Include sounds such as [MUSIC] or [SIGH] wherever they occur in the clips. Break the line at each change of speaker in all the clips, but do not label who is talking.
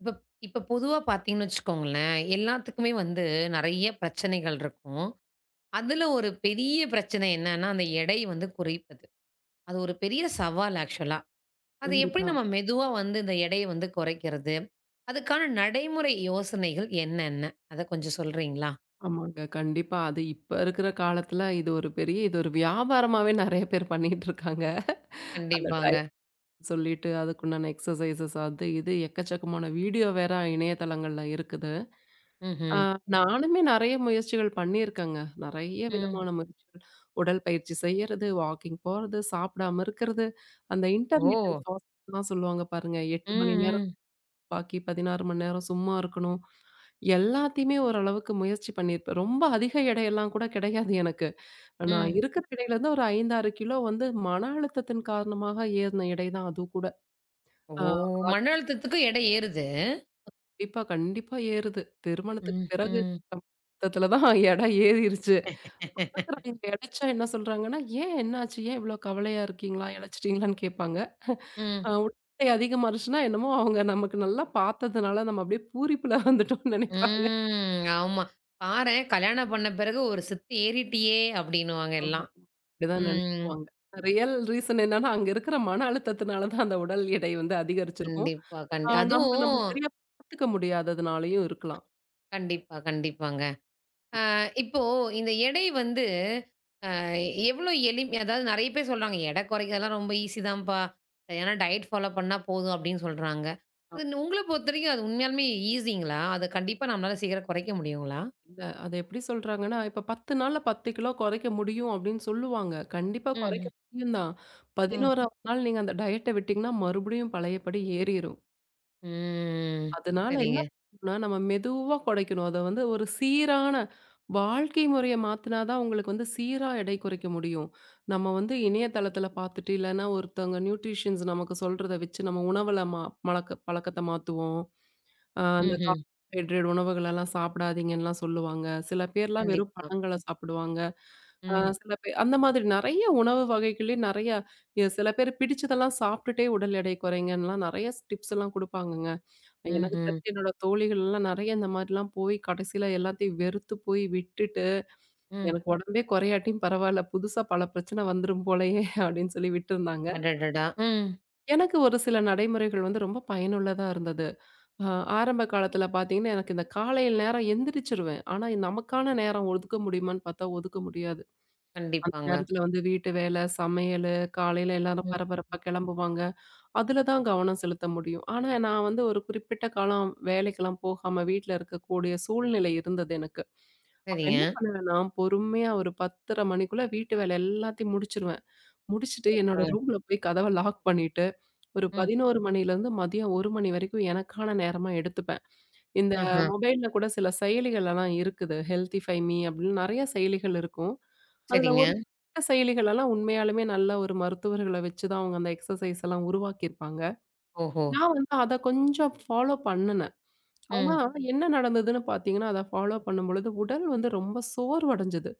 இப்ப இப்ப பொதுவா பார்த்தீங்கன்னு வச்சுக்கோங்களேன், எல்லாத்துக்குமே வந்து நெறைய பிரச்சனைகள் இருக்கும். அதுல ஒரு பெரிய பிரச்சனை என்னன்னா, அந்த எடை வந்து குறைப்பது. அது ஒரு பெரிய சவால் ஆக்சுவலா. அது எப்படி
கண்டிப்பா.
நம்ம மெதுவா வந்து இந்த எடைய வந்து குறைக்கிறது? அதுக்கான நடைமுறை யோசனைகள் என்னென்ன? அத கொஞ்சம் சொல்றீங்களா?
ஆமாங்க. கண்டிப்பா. அது இப்ப இருக்கிற காலத்துல இது ஒரு வியாபாரமாவே நெறைய பேர் பண்ணிட்டுருக்காங்க. அந்த
கண்டிப்பாங்க.
டயட் சொல்லிட்டு, அதுக்குண்டான எக்ஸர்சைஸஸ் அது இது எக்கச்சக்கமான வீடியோ வேற இணையதளங்கள்ல இருக்குது. ஆ
ம்ஹ்ம்.
நானுமே நெறைய முயற்சிகள் பண்ணியிருக்கேங்க. நெறைய
ம்.
விதமான முயற்சிகள். உடற்பயிற்சி செய்யறது, வாக்கிங் போறது, சாப்பிடாம இருக்கிறது. அந்த இன்டர்மிட்டன்ட்
ஓ!
ஃபாஸ்டிங்லாம் சொல்லுவாங்க பாருங்க. 8 மணி
ம்,
நேரம்
ம்,
பாக்கி 16 மணி நேரம் சும்மா இருக்கணும். எல்லாத்தையுமே ஓரளவுக்கு முயற்சி பண்ணியிருப்பேன். ரொம்ப அதிக எடையெல்லாம் கூட கிடையாது எனக்கு. நான்
ம்.
இருக்கிற எடையிலருந்து ஒரு 5, 6 கிலோ வந்து மன அழுத்தத்தின் காரணமாக ஏறின எடை தான் அதுவும் கூட.
ஓ!
ஆ
மன அழுத்தத்துக்கும் எடை ஏறுது.
கண்டிப்பா, கண்டிப்பா ஏறுது. திருமணத்துக்கு
ம்ஹ்ம்.
பிறகு
ம்.
மொத்தத்துல தான் எடை ஏறிருச்சு.
[LAUGHS]
பாக்குறவங்க எளச்சா என்ன சொல்றாங்கன்னா, "ஏன் என்னாச்சு? ஏன் இவ்ளோ கவலையா இருக்கீங்களா? எளச்சிட்டீங்களான்னு?" கேட்பாங்க.
ம்
உடல் எடை அதிகமாருச்சுன்னா என்னமோ அவங்க நமக்கு நல்லா பாத்ததுனால நம்ம அப்படியே பூரிப்புல வந்துட்டோம்னு நெனைப்பாங்க.
ம். ஆமா. பாரேன் கல்யாணம் பண்ண பிறகு ஒரு சித்து ஏறிட்டியே! அப்டின்னுவாங்க
ஆமா.
எல்லாம்.
இப்படிதான்
ம்.
நினைச்சுக்குவாங்க. ரியல் ரீசன் என்னன்னா, அங்க இருக்கிற மன அழுத்தத்தினால தான் அந்த உடல் எடை வந்து அதிகரிச்சிருக்கும்.
கண்டிப்பா,
நம்ம நம்ம
அதுவும்
சரியா பாத்துக்க முடியாததுனாலயும் இருக்கலாம்.
கண்டிப்பா, கண்டிப்பாங்க. அ இப்போ இந்த எடை வந்து அ எவ்ளோ எளிமையா அதாவது நெறைய பேர் சொல்றாங்க, "எடை குறைக்கிறதெல்லாம் ரொம்ப ஈஸி தான்ப்பா. சரியான டயட் ஃபாலோ பண்ணா போதும்" அப்டின்னு சொல்றாங்க.
அ
அது உங்கள பொறுத்தவரைக்கும் அது உண்மையாலுமே ஈஸிங்களா? அத கண்டிப்பா நம்மளால சீக்கிரம் குறைக்க முடியுங்களா?
இல்ல, அத எப்படி சொல்றாங்கன்னா, இப்ப 10 நாள்ல 10 கிலோ குறைக்க முடியும் அப்படின்னு சொல்லுவாங்க. கண்டிப்பா குறைக்க
ம்.
முடியும் தான்.
ம்.
11ஆவது நாள் நீங்க அந்த டயட்ட விட்டீங்கன்னா, மறுபடியும் பழையபடி ஏறிரும்.
ம்.
அதனால என்ன
சரிங்க.
பண்ணணும்னா, நம்ம மெதுவா குறைக்கணும். அத வந்து ஒரு சீரான வாழ்க்கை முறைய மாத்துனா தான் உங்களுக்கு வந்து சீரா எடை குறைக்க முடியும். நம்ம வந்து இணையதளத்துல பார்த்துட்டு, இல்லன்னா ஒருத்தவங்க நியூட்ரிஷியன்ஸ் நமக்கு சொல்றத வச்சு நம்ம உணவுல மழக்க பழக்கத்த மாத்துவோம். அந்த
ம்ஹ்ம்.
கார்போஹைட்ரேட் உணவுகளெல்லாம் சாப்பிடாதீங்கன்னுலாம் சொல்லுவாங்க. சில பேர்லாம் வெறும்
கண்டிப்பா.
பழங்கள சாப்பிடுவாங்க. அ
ம்.
சில பேர் அந்த மாதிரி நெறைய உணவு வகைகளே நெறைய சில பேர் பிடிச்சதெல்லாம் சாப்பிட்டுட்டே உடல் எடை குறைங்கன்னுலாம் நெறைய டிப்ஸ் எல்லாம் குடுப்பாங்கங்க. எனக்கு
ம்ஹ்ம்.
தெரிஞ்சு என்னோட தோழிகள்லாம் நெறைய இந்த மாரிலாம் போய் கடைசியில எல்லாத்தையும் வெறுத்து போய் விட்டுட்டு,
ம்.
எனக்கு உடம்பே குறையாட்டியும் பரவால்ல. புதுசா பல பிரச்சனை வந்துரும் போலயே [LAUGHS] அப்படின்னு சொல்லி விட்டுருந்தாங்க.
அடடடா! ம்.
எனக்கு ஒரு சில நடைமுறைகள் வந்து ரொம்ப பயனுள்ளதா இருந்தது. அ ஆரம்ப காலத்துல பார்த்தீங்கன்னா, எனக்கு இந்த காலையில் நேரம் எந்திரிச்சுருவேன். ஆனா இது நமக்கான நேரம் ஒதுக்க முடியுமான்னு பார்த்தா ஒதுக்க முடியாது. அந்த
கண்டிப்பாங்க.
நேரத்துல வந்து வீட்டு வேலை, சமையலு, காலையில எல்லாரும்
ம்.
பரபரப்பா கிளம்புவாங்க. அதுல தான் கவனம் செலுத்த முடியும். ஆனா, நான் வந்து ஒரு குறிப்பிட்ட காலம் வேலைக்கெல்லாம் போகாம வீட்ல இருக்கக்கூடிய சூழ்நிலை இருந்தது எனக்கு. அப்ப
சரிங்க.
என்ன பண்ணுவேன்னா, பொறுமையா ஒரு 10:30 மணிக்குள்ள வீட்டு வேலை எல்லாத்தையும் முடிச்சுருவேன். முடிச்சுட்டு என்னோட
அப்புறங்க
ரூம்ல போய் கதவ லாக் பண்ணிட்டு, ஒரு
ம்.
11 மணிலேருந்து மதியம் 1 மணி வரைக்கும் எனக்கான நேரமா எடுத்துப்பேன். இந்த
ஆஹா.
மொபைல்ல கூட சில செயலிகளெல்லாம் இருக்குது. ஹெல்த்திஃபை மீ அப்படின்னு நெறைய செயலிகள் இருக்கும். அதுல
சரிங்க.
ஒரு சில செயலிகளெல்லாம் உண்மையாலுமே நல்ல ஒரு மருத்துவர்கள வச்சு தான் அவங்க அந்த எக்ஸர்சைஸ் எல்லாம் உருவாக்கியிருப்பாங்க.
ஓஹோ!
நான் வந்து அத கொஞ்சம் ஃபாலோ பண்ணுனேன். ஆனா
ம்.
என்ன நடந்ததுன்னு பார்த்தீங்கன்னா, அத ஃபாலோ பண்ணும்பொழுது உடல் வந்து ரொம்ப சோர்வடைஞ்சது.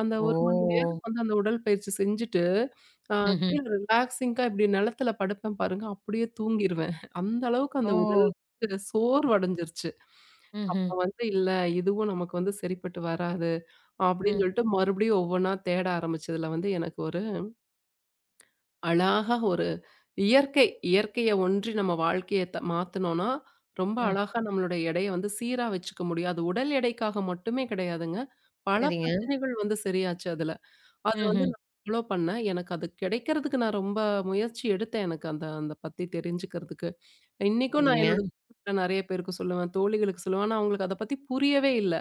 அந்த 1 மணி
ஓ!
நேரம் வந்து அந்த உடற்பயிற்சி செஞ்சுட்டு, அ
ம்ஹ்ம்.
கீழ ரிலாக்ஸிங்கா இப்படி நிலத்துல படுப்பேன் பாருங்க, அப்படியே தூங்கிருவேன். அந்த அளவுக்கு
ஓ!
அந்த உடல் வந்து சோர்வடைஞ்சிருச்சு.
ம்ஹ்ம்.
அப்ப வந்து இல்ல, இதுவும் நமக்கு வந்து சரிப்பட்டு வராது அப்படின்னு
ம்.
சொல்லிட்டு மறுபடியும் ஒவ்வொன்னா தேட ஆரம்பிச்சதுல வந்து எனக்கு ஒரு அழகா ஒரு இயற்கை, இயற்கைய ஒன்றி நம்ம வாழ்க்கைய த மாத்துனோம்னா, ரொம்ப
ம்.
அழகா நம்மளுடைய எடைய வந்து சீரா வச்சுக்க முடியும். அது உடல் எடைக்காக மட்டுமே கிடையாதுங்க. பல
சரிங்க.
பிரச்சனைகள் வந்து சரியாச்சு அதுல. அது வந்து
ம்ஹ்ம்.
நான் ஃபாலோ பண்ணேன். எனக்கு அது கிடைக்கிறதுக்கு நான் ரொம்ப முயற்சி எடுத்தேன். எனக்கு அந்த அந்த பத்தி தெரிஞ்சுக்கிறதுக்கு. இன்னைக்கும் நான்
சரிங்க.
என்னோட குடும்பத்துல நெறைய பேருக்கு சொல்லுவேன், தோழிகளுக்கு சொல்லுவேன். ஆனா அவங்களுக்கு அத பத்தி புரியவே இல்ல.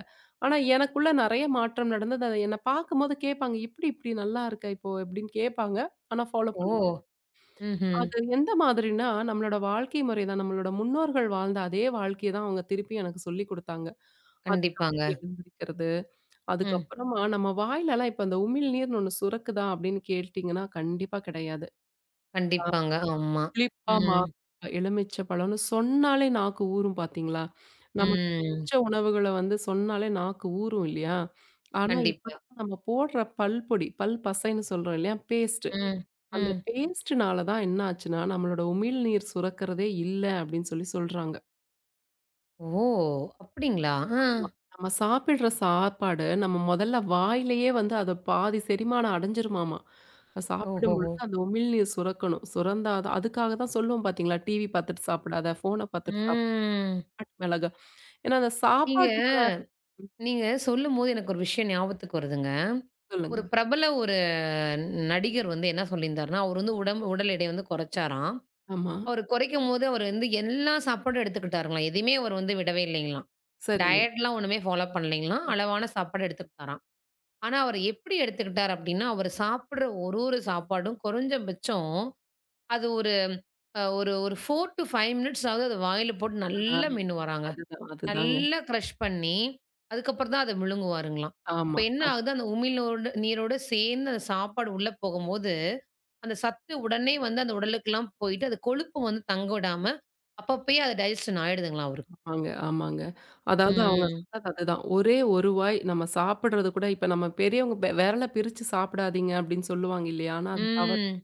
ஆனா எனக்குள்ள நெறைய மாற்றம் நடந்தது. அத என்ன பார்க்கும்போது கேட்பாங்க, "எப்படி இப்படி நல்லா இருக்க இப்போ?" எப்படின்னு கேட்பாங்க. ஆனா ஃபாலோ
ஓ! ம்ஹ்ம்.
அது எந்த மாதிரின்னா, நம்மளோட வாழ்க்கை முறை தான். நம்மளோட முன்னோர்கள் வாழ்ந்த அதே வாழ்க்கைய தான் அவங்க திருப்பி எனக்கு சொல்லிக் குடுத்தாங்க.
கண்டிப்பாங்க.
அதுக்கப்புறம் எழுந்திரிக்கிறது,
ம்.
அதுக்கப்புறமா நம்ம வாயிலலாம் இப்ப அந்த உமிழ்நீர்ன்னு ஒண்ணு சுரக்குதா அப்படின்னு கேட்டீங்கன்னா, கண்டிப்பா கிடையாது. அ
கண்டிப்பாங்க. ஆமா.
புளிப்பா, மா
ம்.
எலுமிச்சை பழம்னு சொன்னாலே நாக்கு ஊறும் பார்த்தீங்களா? நமக்கு
ம்.
பிடிச்ச உணவுகள வந்து சொன்னாலே நாக்கு ஊறும் இல்லையா? ஆனா இப்ப
கண்டிப்பா.
நம்ம போடுற பல்பொடி, பல் பசைன்னு சொல்றோம் இல்லையா? பேஸ்ட்
ம்.
அந்த
ம்.
பேஸ்ட்டுனால தான் என்ன ஆச்சுன்னா, நம்மளோட உமிழ்நீர் சுரக்கிறதே இல்ல அப்படின்னு சொல்லி சொல்றாங்க.
ஓ! அப்டிங்களா? ஆ.
ஆமா. நம்ம சாப்பிடுற சாப்பாடு நம்ம முதல்ல வாயிலேயே வந்து அது பாதி செரிமானம் அடைஞ்சிருமாமா. அது சாப்பிடும்
ஓஹோஹோ!
பொழுது அந்த உமிழ்நீர் சுரக்கணும். சுரந்தா தான், அதுக்காக தான் சொல்லுவோம் பார்த்தீங்களா, டிவி பார்த்துட்டு சாப்பிடாத, ஃபோன பார்த்துட்டு
ம்.
சாப்பிடாத, மிளகா ஏன்னா அந்த
நீங்க
சாப்பாட்டுக்குள்ள
நீங்க சொல்லும்போது எனக்கு ஒரு விஷயம் ஞாபகத்துக்கு வருதுங்க.
சொல்லுங்க.
ஒரு பிரபல ஒரு நடிகர் வந்து என்ன சொல்லியிருந்தாருன்னா, அவரு வந்து உடல் எடைய வந்து குறைச்சாராம்.
ஆமா.
அவரு குறைக்கும்போது அவரு வந்து எல்லா சாப்பாடும் எடுத்துக்கிட்டாருங்களாம். எதையுமே அவரு வந்து விடவே இல்லைங்களாம்.
சரிங்க.
டயட்லாம் ஒண்ணுமே ஃபாலோ பண்ணலைங்களாம். அளவான சாப்பாடு எடுத்துக்கிட்டாராம். ஆனா, அவரு எப்படி எடுத்துக்கிட்டார் அப்படின்னா, அவரு சாப்பிடுற ஒரு ஒரு சாப்பாடும் குறைஞ்சபட்சம் அது ஒரு அ ஒரு ஒரு 4 டூ 5 மினிட்ஸாவது அது வாயில போட்டு
ஆ
நல்லா மென்னுவாராங்க.
அதுதான் அதுதாங்க.
நல்லா க்ரஷ் பண்ணி, அதுக்கப்புறம் தான் அத விழுங்குவாருங்களாம். அப்ப
ஆமா.
என்ன
அது
ஆகுது, அந்த உமிழ்நோடு நீரோட சேர்ந்து அந்த சாப்பாடு உள்ள போகும்போது அந்த சத்து உடனே வந்து அந்த உடலுக்குலாம் போயிட்டு, அது கொழுப்பு வந்து தங்க விடாம, அப்பப்பயே அது டைஜஷன் ஆயிடுதுங்களாம் அவருக்கு.
ஆமாங்க, ஆமாங்க. அதாவது அவங்க
ம்.
சொன்னது அதுதான். ஒரே ஒரு வாய் நம்ம சாப்பிடுறது கூட இப்ப நம்ம பெரியவங்க வெ விரல பிரிச்சு சாப்பிடாதீங்க அப்படின்னு சொல்லுவாங்க இல்லையா? ஆனா அது தவறு.
ம்.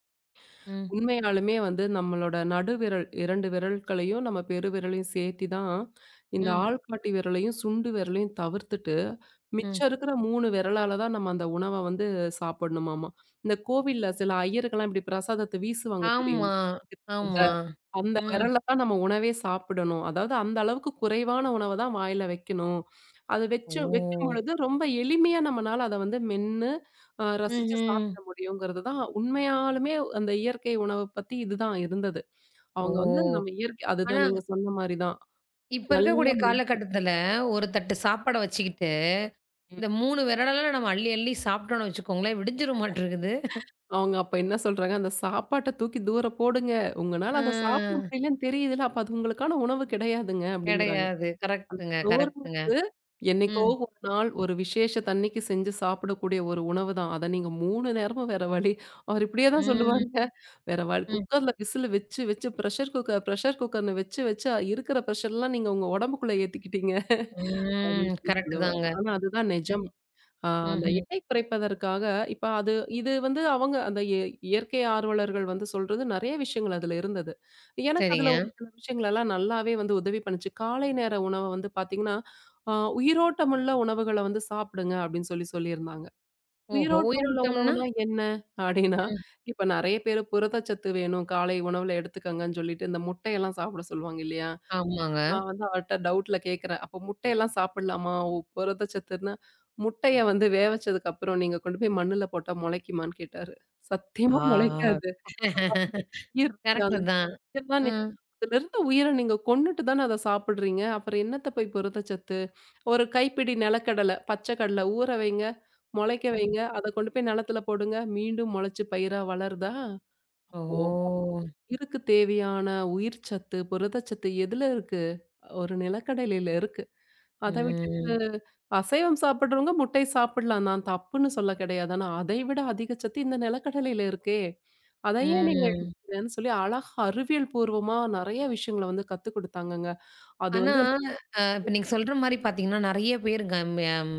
ம்.
உண்மையாலுமே வந்து நம்மளோட நடுவிரல் 2 விரல்களையும் நம்ம பெருவிரலையும் சேர்த்தி தான் இந்த
ம்.
ஆள்காட்டி விரலையும், சுண்டு விரலையும் தவிர்த்துட்டு,
ம்.
மிச்சம் இருக்கிற 3 விரலால தான் நம்ம அந்த உணவ வந்து சாப்பிடணுமாமா. இந்த கோவில்ல சில ஐயர்கள்லாம் இப்படி பிரசாதத்த வீசுவாங்க
ஆமா,
தெரியுமா?
ஆமா.
அந்த
ம்.
விரல்ல தான் நம்ம உணவே சாப்பிடணும். அதாவது அந்த அளவுக்கு குறைவான உணவ தான் வாயில வைக்கணும். அது வச்சு
ஓ!
வைக்கும்பொழுது ரொம்ப எளிமையா நம்மனால அத வந்து மென்னு ரசிச்சு
ம்ஹ்ம்.
சாப்பிட முடியுங்கிறது தான் உண்மையாலுமே அந்த இயற்கை உணவ பத்தி இதுதான் இருந்தது. அவங்க வந்து
ஓ!
நம்ம இயற்கை
ஆனா,
அதுதான் நீங்க சொன்ன மாரி தான்.
இப்ப
நல்லா
இருக்கக்கூடிய காலகட்டத்துல, ஒரு தட்டு சாப்பாட வச்சுக்கிட்டு,
ம்.
இந்த 3 விரலெல்லாம் நம்ம அள்ளி அள்ளி சாப்பிட்டோம்னு வச்சுக்கோங்களேன், விடிஞ்சிரும் மாட்டிருக்குது.
அவங்க அப்ப என்ன சொல்றாங்க, "அந்த சாப்பாட்ட தூக்கி தூர போடுங்க.
ஆ.
உங்கனால அத சாப்பிட முடியலன்னு தெரியுதுல, அப்ப அது உங்களுக்கான உணவு கிடையாதுங்க" அப்படிங்கிறாங்க.
கிடையாது. கரெக்ட்டுங்க, கரெக்ட்டுங்க.
சோர்வுக்கு என்னைக்கோ
ம்.
ஒரு நாள் ஒரு விசேஷத்தன்னைக்கு செஞ்சு சாப்பிடக்கூடிய ஒரு உணவு தான். அத நீங்க 3 நேரமும் வேற வழி அவர் இப்படியே தான்
ம்.
சொல்லுவாருங்க. வேற வழி
ம்.
குக்கர்ல விசில் வச்சு வச்சு பிரஷர் குக்கர் பிரஷர் குக்கர்ன்னு வச்சு வச்சு இருக்கிற பிரஷர்லாம் நீங்க உங்க உடம்புக்குள்ள ஏத்திக்கிட்டீங்க அப்படின்னு
ம்.
சொல்லி
கரெக்ட்டு
சொல்லுவாரு.
தாங்க.
ஆனா அதுதான்
ம்.
நிஜம். அந்த
ம்ஹ்ம்.
எடை குறைப்பதற்காக இப்ப அது இது வந்து அவங்க அந்த இயற்கை ஆர்வலர்கள் வந்து சொல்றது நெறைய விஷயங்கள் அதுல இருந்தது. எனக்கு அதுல
சரிங்க.
ஒரு சில விஷயங்கள் எல்லாம் நல்லாவே வந்து உதவி பண்ணுச்சு. காலை நேர உணவ வந்து பாத்தீங்கன்னா, அ உயிரோட்டமுள்ள உணவுகள வந்து சாப்பிடுங்க அப்படின்னு சொல்லி சொல்லியிருந்தாங்க.
ஓஹோ!
உயிரோட்டமுள்ள
உயிரோட்டம்ன்னா?
உணவுனா என்ன? அப்படின்னா,
ம்.
இப்ப நெறைய பேரு புரதச்சத்து வேணும், காலை உணவுல எடுத்துக்கங்கன்னு சொல்லிட்டு இந்த முட்டையெல்லாம் சாப்பிட சொல்லுவாங்க இல்லையா?
ஆமாங்க.
நான் வந்து அவர்ட்ட டவுட்ல கேட்கிறேன். அப்ப முட்டையெல்லாம் சாப்பிடலாமா? ஓ புரதச்சத்துன்னா, முட்டைய வந்து வேவச்சதுக்கு அப்புறம் நீங்க கொண்டு போய் மண்ணுல போட்டா முளைக்குமான்னு கேட்டாரு. சத்தியமா
ஆ.
முளைக்காது. அப்ப அது உயிர் இருக்காது.
கரெக்ட்டு தான்.
இதெல்லாம் நீ
ம்,
அதுலருந்து உயிர நீங்க கொன்னுட்டு தானே அத சாப்பிடுறீங்க. அப்புறம் என்னத்த போய் புரதச்சத்து? ஒரு கைப்பிடி நிலக்கடல, பச்சை கடல ஊற வைங்க, முளைக்க
ம்.
வைங்க. அத கொண்டு போய் நிலத்துல போடுங்க. மீண்டும் முளைச்சு பயிரா வளருதா? அப்போ
ஓ!
உயிருக்கு தேவையான உயிர்ச்சத்து, புரதச்சத்து எதுல இருக்கு? ஒரு நிலக்கடலையில இருக்கு. அத விட்டுட்டு
ம்,
அசைவம் சாப்பிடுறவங்க முட்டை சாப்பிடலாம். நான் தப்புன்னு சொல்ல கிடையாது. ஆனா அதை விட அதிக சத்து இந்த நிலக்கடலையில இருக்கே! அத ஏன் நீங்க
ம்.
எடுத்துக்கிறேன்னு சொல்லி அழகா அறிவியல் பூர்வமா நெறைய விஷயங்கள வந்து கத்துக் குடுத்தாங்கங்க. அது
ஆனா,
வந்து எனக்கு
அ இப்ப நீங்க சொல்ற மாரி பார்த்தீங்கன்னா, நெறைய பேருங்க ம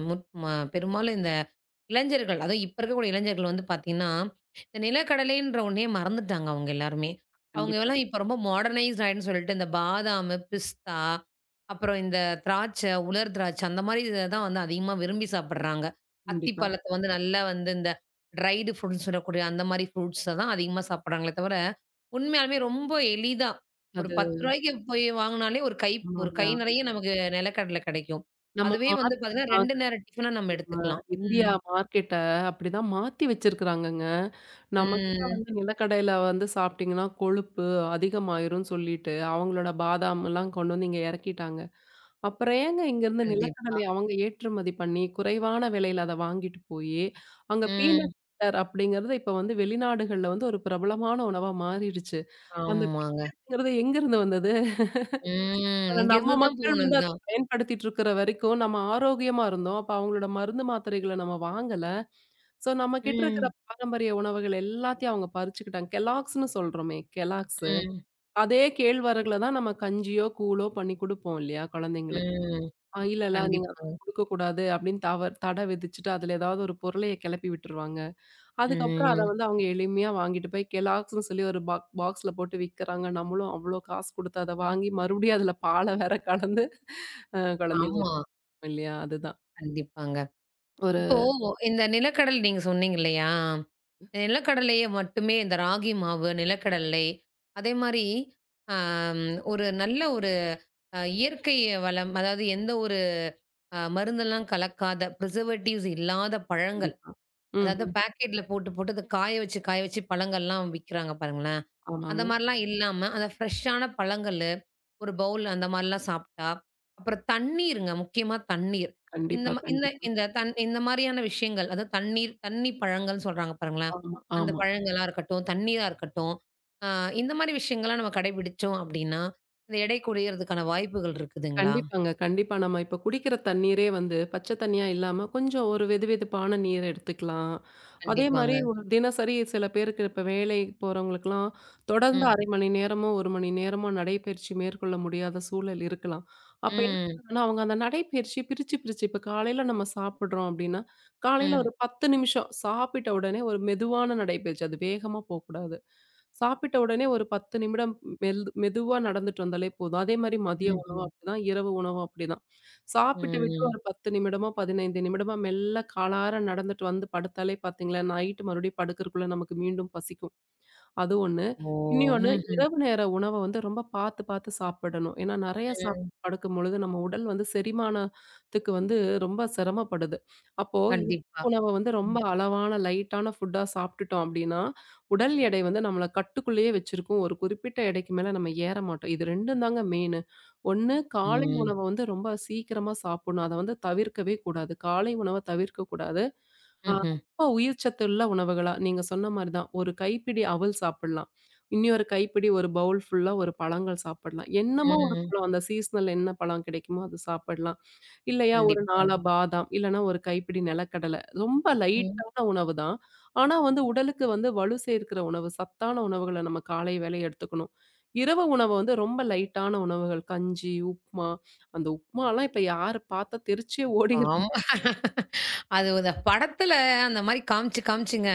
முட் ம பெரும்பாலும் இந்த இளைஞர்கள், அதுவும் இப்ப இருக்கக்கூடிய இளைஞர்கள் வந்து பார்த்தீங்கன்னா, இந்த நிலக்கடலைன்ற ஒன்னயே மறந்துட்டாங்க அவங்க எல்லாருமே. அவங்க
கண்டிப்பா,
எல்லாம் இப்ப ரொம்ப மாடர்னைஸ்ட் ஆயிட்டுன்னு சொல்லிட்டு, இந்த பாதாமு, பிஸ்தா, அப்புறம் இந்த திராட்சை, உலர் திராட்சை அந்த மாரி இத தான் வந்து அதிகமா விரும்பி சாப்பிடுறாங்க.
கண்டிப்பா.
அத்திப்பழத்த வந்து நல்லா வந்து இந்த ட்ரைடு ஃப்ரூட்ஸ்ன்னு சொல்லக்கூடிய அந்த மாரி ஃப்ரூட்ஸ தான் அதிகமா சாப்பிடுறாங்களே தவிர, உண்மையாலுமே ரொம்ப எளிதா ஒரு
அது
ரூ. 10க்கு போய் வாங்குனாலே ஒரு
ஆமாங்க.
கை நிறைய நமக்கு நிலக்கடலை கிடைக்கும்.
நம்ம
அதுவே வந்து
மார்க்கெட்
பார்த்தீங்கன்னா, 2 நேர டிஃபனா நம்ம
நம்ம
எடுத்துக்கலாம்.
இந்தியா
ம்.
மார்க்கெட்ட அப்படிதான் மாத்தி வச்சிருக்கிறாங்கங்க. நம்மகிட்ட
ம்.
வந்து நிலக்கடையில வந்து சாப்பிட்டீங்கன்னா, கொழுப்பு அதிகமாயிரும்னு சொல்லிட்டு, அவங்களோட பாதாம்லாம் கொண்டு வந்து இங்க இறக்கிட்டாங்க. அப்புறம் ஏங்க இங்கேருந்து
கண்டிப்பா.
நிலக்கடலை அவங்க ஏற்றுமதி பண்ணி, குறைவான விலையில அத வாங்கிட்டு போயி, அங்க பீனட்
ம்.
பட்டர் அப்படிங்கிறது இப்ப வந்து வெளிநாடுகள்ல வந்து ஒரு பிரபலமான உணவா மாறிடுச்சு. அந்த
ஆமாங்க.
பீனட்ங்கிறது எங்கேருந்து வந்தது?
ம்.
நம்ம
இங்கேருந்து தான்
மக்கள்
போனது
வந்து அத
தான்.
பயன்படுத்திட்டு இருக்கிற வரைக்கும், நம்ம ஆரோக்கியமா இருந்தோம். அப்ப அவங்களோட மருந்து மாத்திரைகள நம்ம வாங்கல. ஸோ நம்மகிட்ட இருக்கிற
ம்.
பாரம்பரிய உணவுகள் எல்லாத்தையும் அவங்க பறிச்சுக்கிட்டாங்க. கெல்லாக்ஸ்ன்னு சொல்றோமே, கெல்லாக்ஸு.
ம்.
அதே கேழ்வரகுல தான் நம்ம கஞ்சியோ, கூழோ பண்ணி குடுப்போம் இல்லையா குழந்தைங்களுக்கு.
ம்.
இல்லல்ல, நீங்க அதெல்லாம்
கண்டிப்பாங்க.
குடுக்கக்கூடாது அப்படின்னு தவறு தடை விதிச்சுட்டு, அதுல ஏதாவது ஒரு பொருளைய கெளப்பி விட்டுருவாங்க. அதுக்கப்புறம் அத
ம்.
வந்து அவங்க எளிமையா வாங்கிட்டு போய் கெல்லாக்ஸ்ன்னு சொல்லி ஒரு பாக் பாக்ஸ்ல போட்டு விக்கிறாங்க. நம்மளும் அவ்ளோ காசு குடுத்து அத வாங்கி மறுபடியும் அதுல பால வேற கலந்து
ஆமா.
குழந்தைங்களுக்கும் இல்லையா? அதுதான்.
கண்டிப்பாங்க.
ஒரு
இப்போ இந்த நிலக்கடலை நீங்க சொன்னீங்க இல்லையா? நிலக்கடலைய மட்டுமே இந்த ராகி மாவு, நிலக்கடலை அதேமாரி அ ஒரு நல்ல ஒரு அ இயற்கை வளம், அதாவது எந்த ஒரு அ மருந்தெல்லாம் கலக்காத, ப்ரிசர்வேட்டிவ்ஸ் இல்லாத பழங்கள்.
கண்டிப்பா. ம்,
அதாவது
ம்.
பேக்கெட்ல போட்டு, போட்டு அத காய வச்சு, காய வச்சு பழங்கள்லாம் விக்கிறாங்க பாருங்களேன். அந்த
ஆமாங்க.
மாரிலாம் இல்லாம, அந்த ஃப்ரெஷ்ஷான பழங்களு, ஒரு பவுல் அந்த மாரிலாம் சாப்ட்டா, அப்புறம் தண்ணீருங்க, முக்கியமா தண்ணீர். இந்த
கண்டிப்பா,
ம இந்த
கண்டிப்பா.
இந்த தண் இந்த மாரியான விஷயங்கள், அதாவது தண்ணீர், தண்ணி பழங்கள்னு சொல்றாங்க பாருங்களேன்.
ஆமா,
அந்த
ஆமா.
பழங்களா இருக்கட்டும், தண்ணீரா இருக்கட்டும், அ இந்த மாரி விஷயங்கள்லாம் நம்ம கடைபிடிச்சோம் அப்டின்னா, இந்த எடை குறையறதுக்கான வாய்ப்புகள் இருக்குதுங்களா?
கண்டிப்பாங்க. கண்டிப்பா. நம்ம இப்ப குடிக்கிற தண்ணீரே வந்து பச்ச தண்ணியா இல்லாம, கொஞ்சம் ஒரு வெதுவெதுப்பான நீர் எடுத்துக்கலாம். அதே மாரி
கண்டிப்பாங்க.
ஒரு தினசரி சில பேருக்கு இப்ப வேலை போறவங்களுக்கெல்லாம் தொடர்ந்து
ம்.
1/2 மணி நேரமோ, 1 மணி நேரமோ நடைப்பயிற்சி மேற்கொள்ள முடியாத சூழல் இருக்கலாம். அப்ப என்ன
ம்.
பண்ணணும்னா, அவங்க அந்த நடைப்பயிற்சி பிரிச்சு, பிரிச்சு இப்ப காலையில நம்ம சாப்பிடுறோம் அப்டின்னா, காலையில
ம்.
ஒரு 10 நிமிஷம் சாப்பிட்ட உடனே ஒரு மெதுவான நடைப்பயிற்சி. அது வேகமா போக்கூடாது. சாப்பிட்ட உடனே ஒரு 10 நிமிடம் மெதுவா நடந்துட்டு வந்தாலே போதும். அதே மாரி மதிய உணவும்
ம்ஹ்ம்.
அப்படிதான், இரவு உணவும் அப்படிதான். சாப்பிட்டு விட்டு
ம்.
ஒரு 10 நிமிடமோ, 15 நிமிடமோ மெல்ல காலார நடந்துட்டு வந்து படுத்தாலே பார்த்தீங்களேன், நைட்டு மறுபடியும் படுக்கறக்குள்ள நமக்கு மீண்டும் பசிக்கும். அது ஒண்ணு.
ஓ!
இனி ஒண்ணு,
ம்ஹ்ம்.
இரவு நேர உணவ வந்து ரொம்ப பாத்து பாத்து சாப்பிடணும். ஏன்னா நெறைய சாப்பிட்டு
ம்.
படுக்கும்பொழுது நம்ம உடல் வந்து செரிமானத்துக்கு வந்து ரொம்ப சிரமப்படுது. அப்போ இரவு
கண்டிப்பா.
உணவ வந்து ரொம்ப
ம்.
அளவான லைட்டான ஃபுட்டா சாப்பிட்டுட்டோம் அப்டின்னா, உடல் எடை வந்து நம்மள கட்டுக்குள்ளேயே வச்சிருக்கும். ஒரு குறிப்பிட்ட எடைக்கு மேல நம்ம ஏற மாட்டோம். இது 2ம் தாங்க மெயினு. ஒண்ணு காலை
ம்.
உணவ வந்து ரொம்ப சீக்கிரமா சாப்பிடணும். அத வந்து தவிர்க்கவே கூடாது. காலை உணவ தவிர்க்கக்கூடாது.
ம்ஹ்ம்.
ரொம்ப உயிர் சத்துள்ள உணவுகளா, நீங்க சொன்ன மாரி தான். ஒரு கைப்பிடி அவல் சாப்பிடலாம். இன்னியொரு கைப்பிடி ஒரு பவுல் ஃபுல்லா ஒரு பழங்கள் சாப்பிடலாம். என்னமோ ஒரு
ம்.
பழம் அந்த சீசனல் என்ன பழம் கிடைக்குமோ அது சாப்பிடலாம். இல்லையா ஒரு
கண்டிப்பாங்க.
4 பாதாம், இல்லன்னா ஒரு கைப்பிடி நிலக்கடலை. ரொம்ப
ம்.
லைட்டான உணவு தான். ஆனா வந்து உடலுக்கு வந்து வலு சேர்க்கிற உணவு, சத்தான உணவுகள நம்ம காலை வேளை எடுத்துக்கணும். இரவு உணவு வந்து ரொம்ப லைட்டான உணவுகள். கஞ்சி, உப்மா. அந்த உப்மாலாம் இப்ப யாரு பார்த்தா தெரிச்சே ஓடிர்றா.
ஆமா. அது இந்த படத்துல அந்த மாரி காமிச்சு, காமிச்சுங்க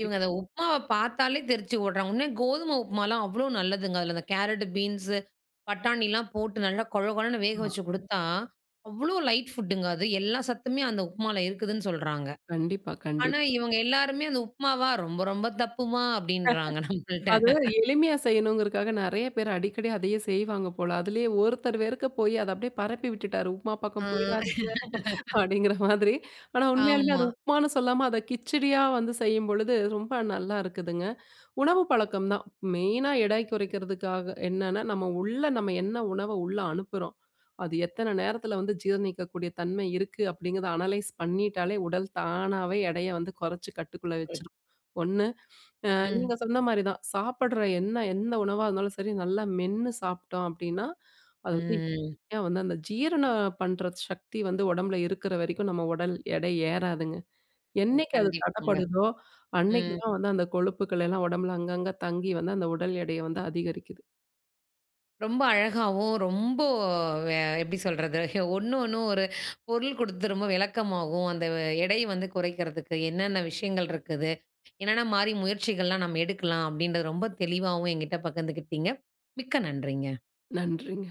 இவங்க அந்த உப்மாவ பார்த்தாலே தெரிச்சு ஓடுறாங்க. உண்மையா கோதுமை உப்மாலாம் அவ்ளோ நல்லதுங்க. அதுல அந்த கேரட், பீன்ஸு, பட்டாணிலாம் போட்டு நல்லா கொழ கொழன்னு வேக வச்சு குடுத்தா, அவ்ளோ லைட் ஃபுட்டுங்க அது. எல்லா சத்துமே அந்த உப்மால இருக்குதுன்னு சொல்றாங்க.
கண்டிப்பா,
ஆனா,
கண்டிப்பா.
இவங்க எல்லாருமே அந்த உப்புமாவா ரொம்ப ரொம்ப தப்புமா அப்படின்றாங்க நம்மள்ட்ட.
அது எளிமையா செய்யணுங்கிறதுக்காக நெறைய பேர் அடிக்கடி அதையே செய்வாங்க போல. அதுலயே ஒருத்தர் வெறுக்க போய் அத அப்படியே பரப்பி விட்டுட்டாரு. உப்புமா
ஆ
பக்கம் போயிறாதீங்க அப்படிங்கிற மாதிரி. ஆனா உண்மையாலுமே அது
ஆமா.
உப்புமான்னு சொல்லாம அத கிச்சடியா வந்து செய்யும்பொழுது ரொம்ப நல்லா இருக்குதுங்க. உணவு பழக்கம் தான். மெயினா எடை குறைக்கிறதுக்காக என்னன்னா, நம்ம உள்ள நம்ம என்ன உணவ உள்ள அனுப்புறோம். அது எத்தன நேரத்துல வந்து ஜீரணிக்கக்கூடிய தன்மை இருக்கு அப்படிங்கிறத அனலைஸ் பண்ணிட்டாலே உடல் தானாவே எடைய வந்து குறைச்சு கட்டுக்குள்ள வச்சுரும்.
[UNINTELLIGIBLE]
ஒண்ணு அ
ம்.
நீங்க சொன்ன மாரி தான். சாப்படுற என்ன எந்த உணவா இருந்தாலும் சரி, நல்லா மென்னு சாப்பிட்டோம் அப்படின்னா, அது வந்து
ம்.
ஏன் வந்து அந்த ஜீரணம் பண்ற சக்தி வந்து உடம்புல இருக்கிற வரைக்கும் நம்ம உடல் எடை ஏறாதுங்க. என்னைக்கு அது
கண்டிப்பாங்க.
தடைப்படுதோ, அன்னைக்கு
ம்.
தான் வந்து அந்த கொழுப்புக்கள் எல்லாம் உடம்புல அங்கங்க தங்கி வந்து அந்த உடல் எடைய வந்து அதிகரிக்குது.
ரொம்ப அழகாவும், ரொம்ப வே எப்படி சொல்றது? ஒண்ணு ஒண்ணும் ஒரு பொருள் கொடுத்து ரொம்ப விளக்கமாவும், அந்த எடை வந்து குறைக்கிறதுக்கு என்னென்ன விஷயங்கள் இருக்குது? என்னென்ன மாரி முயற்சிகள்லாம் நம்ம எடுக்கலாம்? அப்படின்றது ரொம்ப தெளிவாவும் என்கிட்ட பகிர்ந்துக்கிட்டீங்க. மிக்க நன்றிங்க.
நன்றிங்க.